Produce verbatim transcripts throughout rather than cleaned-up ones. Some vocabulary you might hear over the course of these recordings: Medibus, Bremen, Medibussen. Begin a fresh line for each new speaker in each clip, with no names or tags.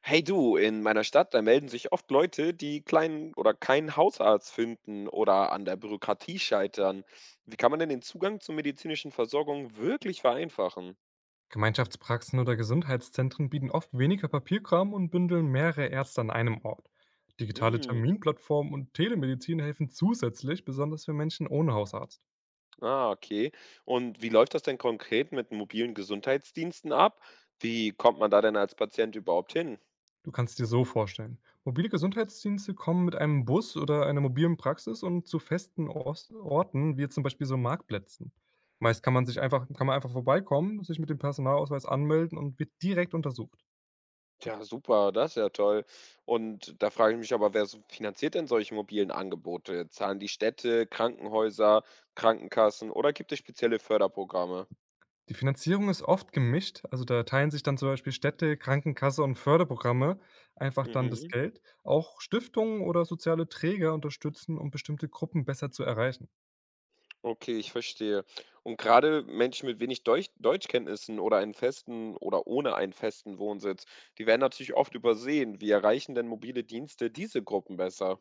Hey du, in meiner Stadt, da melden sich oft Leute, die kleinen oder keinen Hausarzt finden oder an der Bürokratie scheitern. Wie kann man denn den Zugang zur medizinischen Versorgung wirklich vereinfachen?
Gemeinschaftspraxen oder Gesundheitszentren bieten oft weniger Papierkram und bündeln mehrere Ärzte an einem Ort. Digitale
Hm,
Terminplattformen und Telemedizin helfen zusätzlich, besonders für Menschen ohne Hausarzt.
ah, okay. Und wie läuft das denn konkret mit mobilen Gesundheitsdiensten ab? Wie kommt man da denn als Patient überhaupt hin?
Du kannst dir so vorstellen. Mobile Gesundheitsdienste kommen mit einem Bus oder einer mobilen Praxis und zu festen Ors- Orten, wie zum Beispiel so Marktplätzen. Meist kann man sich einfach, kann man einfach vorbeikommen, sich mit dem Personalausweis anmelden und wird direkt untersucht.
Ja, super, das ist ja toll. Und da frage ich mich aber, wer so- finanziert denn solche mobilen Angebote? Zahlen die Städte, Krankenhäuser, Krankenkassen oder gibt es spezielle Förderprogramme?
Die Finanzierung ist oft gemischt, also da teilen sich dann zum Beispiel Städte, Krankenkasse und Förderprogramme einfach dann das
Mhm.
Geld. Auch Stiftungen oder soziale Träger unterstützen, um bestimmte Gruppen besser zu erreichen.
Okay, ich verstehe. Und gerade Menschen mit wenig Deuch Deutschkenntnissen oder einen festen oder ohne einen festen Wohnsitz, die werden natürlich oft übersehen. Wie erreichen denn mobile Dienste diese Gruppen besser?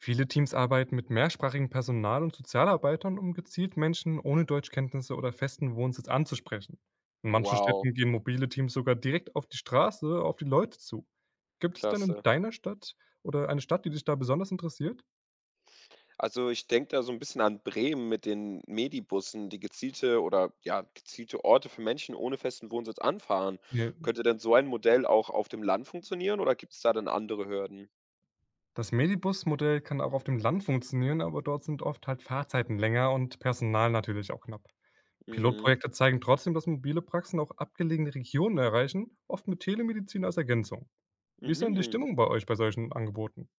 Viele Teams arbeiten mit mehrsprachigem Personal und Sozialarbeitern, um gezielt Menschen ohne Deutschkenntnisse oder festen Wohnsitz anzusprechen. In manchen
Wow,
Städten gehen mobile Teams sogar direkt auf die Straße, auf die Leute zu. Gibt es denn in
klasse.
deiner Stadt oder eine Stadt, die dich da besonders interessiert?
Also, ich denke da so ein bisschen an Bremen mit den Medibussen, die gezielte oder ja, gezielte Orte für Menschen ohne festen Wohnsitz anfahren.
Nee.
Könnte denn so ein Modell auch auf dem Land funktionieren oder gibt es da dann andere Hürden?
Das Medibus-Modell kann auch auf dem Land funktionieren, aber dort sind oft halt Fahrzeiten länger und Personal natürlich auch knapp.
Mhm.
Pilotprojekte zeigen trotzdem, dass mobile Praxen auch abgelegene Regionen erreichen, oft mit Telemedizin als Ergänzung. Wie ist denn die
Mhm.
Stimmung bei euch bei solchen Angeboten?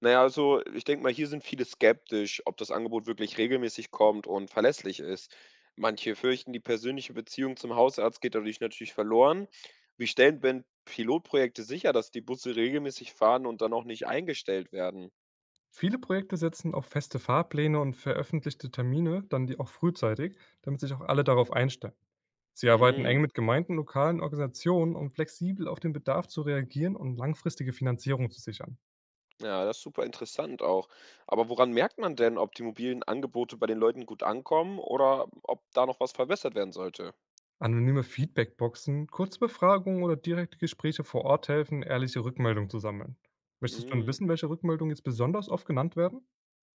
Na ja, also, ich denke mal, hier sind viele skeptisch, ob das Angebot wirklich regelmäßig kommt und verlässlich ist. Manche fürchten, die persönliche Beziehung zum Hausarzt geht dadurch natürlich verloren. Wie stellen denn Pilotprojekte sicher, dass die Busse regelmäßig fahren und dann auch nicht eingestellt werden?
Viele Projekte setzen auf feste Fahrpläne und veröffentlichte Termine, dann die auch frühzeitig, damit sich auch alle darauf einstellen. Sie arbeiten eng
Hm,
mit Gemeinden, lokalen Organisationen, um flexibel auf den Bedarf zu reagieren und langfristige Finanzierung zu sichern.
ja, das ist super interessant auch. Aber woran merkt man denn, ob die mobilen Angebote bei den Leuten gut ankommen oder ob da noch was verbessert werden sollte?
Anonyme Feedbackboxen, kurze Befragungen oder direkte Gespräche vor Ort helfen, ehrliche Rückmeldungen zu sammeln. Möchtest du denn
Hm.
wissen, welche Rückmeldungen jetzt besonders oft genannt werden?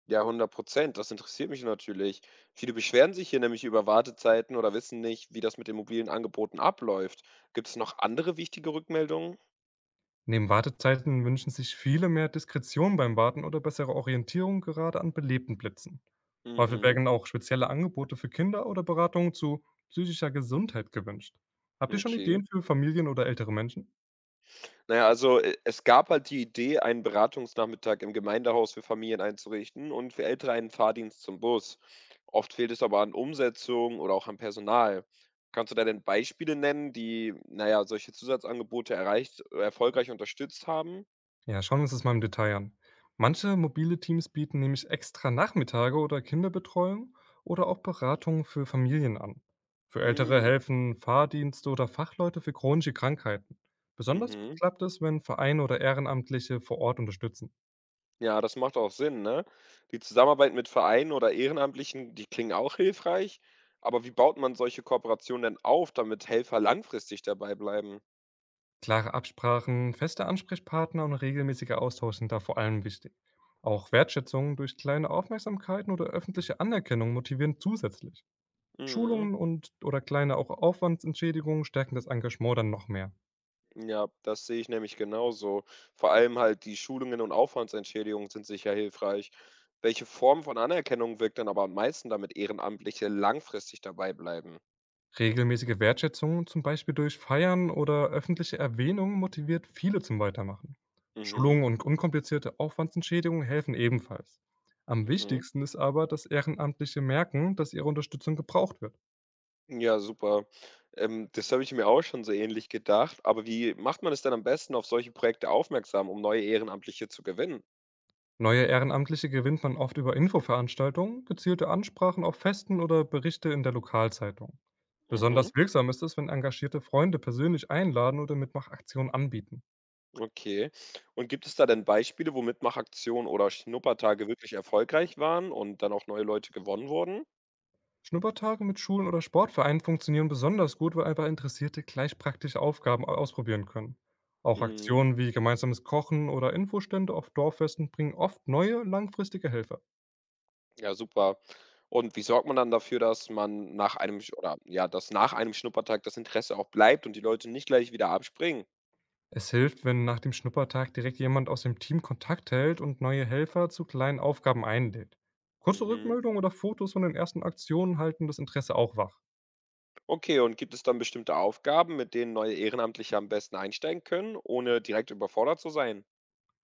Ja, hundert Prozent. Das interessiert mich natürlich. Viele beschweren sich hier nämlich über Wartezeiten oder wissen nicht, wie das mit den mobilen Angeboten abläuft. Gibt es noch andere wichtige Rückmeldungen?
Neben Wartezeiten wünschen sich viele mehr Diskretion beim Warten oder bessere Orientierung gerade an belebten Plätzen. Häufig
Mhm,
werden auch spezielle Angebote für Kinder oder Beratungen zu psychischer Gesundheit gewünscht. Habt ihr schon
okay.
Ideen für Familien oder ältere Menschen?
Na ja, also, e es gab halt die Idee, einen Beratungsnachmittag im Gemeindehaus für Familien einzurichten und für Ältere einen Fahrdienst zum Bus. Oft fehlt es aber an Umsetzung oder auch an Personal. Kannst du da denn Beispiele nennen, die, na ja, solche Zusatzangebote erreicht äh, erfolgreich unterstützt haben?
Ja, schauen wir uns das mal im Detail an. Manche mobile Teams bieten nämlich extra Nachmittage oder Kinderbetreuung oder auch Beratungen für Familien an. Für Ältere
Hm,
helfen Fahrdienste oder Fachleute für chronische Krankheiten. Besonders gut
mhm.
klappt es, wenn Vereine oder Ehrenamtliche vor Ort unterstützen.
Ja, das macht auch Sinn, ne? Die Zusammenarbeit mit Vereinen oder Ehrenamtlichen, die klingen auch hilfreich. Aber wie baut man solche Kooperationen denn auf, damit Helfer langfristig dabei bleiben?
Klare Absprachen, feste Ansprechpartner und regelmäßiger Austausch sind da vor allem wichtig. Auch Wertschätzung durch kleine Aufmerksamkeiten oder öffentliche Anerkennung motivieren zusätzlich. Schulungen
Mhm.
und oder kleine auch Aufwandsentschädigungen stärken das Engagement dann noch mehr.
Ja, das sehe ich nämlich genauso. Vor allem halt die Schulungen und Aufwandsentschädigungen sind sicher hilfreich. Welche Form von Anerkennung wirkt denn aber am meisten, damit Ehrenamtliche langfristig dabei bleiben?
Regelmäßige Wertschätzung, zum Beispiel durch Feiern oder öffentliche Erwähnung, motiviert viele zum Weitermachen.
Mhm.
Schulungen und unkomplizierte Aufwandsentschädigungen helfen ebenfalls. Am
Mhm.
wichtigsten ist aber, dass Ehrenamtliche merken, dass ihre Unterstützung gebraucht wird.
Ja, super. Ähm, das habe ich mir auch schon so ähnlich gedacht. Aber wie macht man es denn am besten auf solche Projekte aufmerksam, um neue Ehrenamtliche zu gewinnen?
Neue Ehrenamtliche gewinnt man oft über Infoveranstaltungen, gezielte Ansprachen auf Festen oder Berichte in der Lokalzeitung.
Mhm,
Besonders wirksam ist es, wenn engagierte Freunde persönlich einladen oder Mitmachaktionen anbieten.
okay. Und gibt es da denn Beispiele, wo Mitmachaktionen oder Schnuppertage wirklich erfolgreich waren und dann auch neue Leute gewonnen wurden?
Schnuppertage mit Schulen oder Sportvereinen funktionieren besonders gut, weil einfach Interessierte gleich praktische Aufgaben au- ausprobieren können. Auch
Mhm,
Aktionen wie gemeinsames Kochen oder Infostände auf Dorffesten bringen oft neue, langfristige Helfer.
ja, super. Und wie sorgt man dann dafür, dass man nach einem Sch- oder ja, dass nach einem Schnuppertag das Interesse auch bleibt und die Leute nicht gleich wieder abspringen?
Es hilft, wenn nach dem Schnuppertag direkt jemand aus dem Team Kontakt hält und neue Helfer zu kleinen Aufgaben einlädt. Kurze
Mhm.
Rückmeldungen oder Fotos von den ersten Aktionen halten das Interesse auch wach.
Okay, und gibt es dann bestimmte Aufgaben, mit denen neue Ehrenamtliche am besten einsteigen können, ohne direkt überfordert zu sein?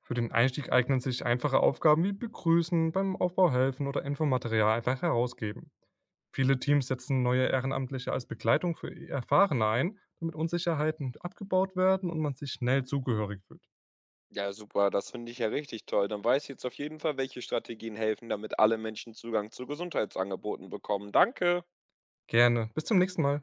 Für den Einstieg eignen sich einfache Aufgaben wie Begrüßen, beim Aufbau helfen oder Infomaterial einfach herausgeben. Viele Teams setzen neue Ehrenamtliche als Begleitung für Erfahrene ein, damit Unsicherheiten abgebaut werden und man sich schnell zugehörig fühlt.
Ja, super, das finde ich ja richtig toll. Dann weiß ich jetzt auf jeden Fall, welche Strategien helfen, damit alle Menschen Zugang zu Gesundheitsangeboten bekommen. Danke.
Gerne. Bis zum nächsten Mal.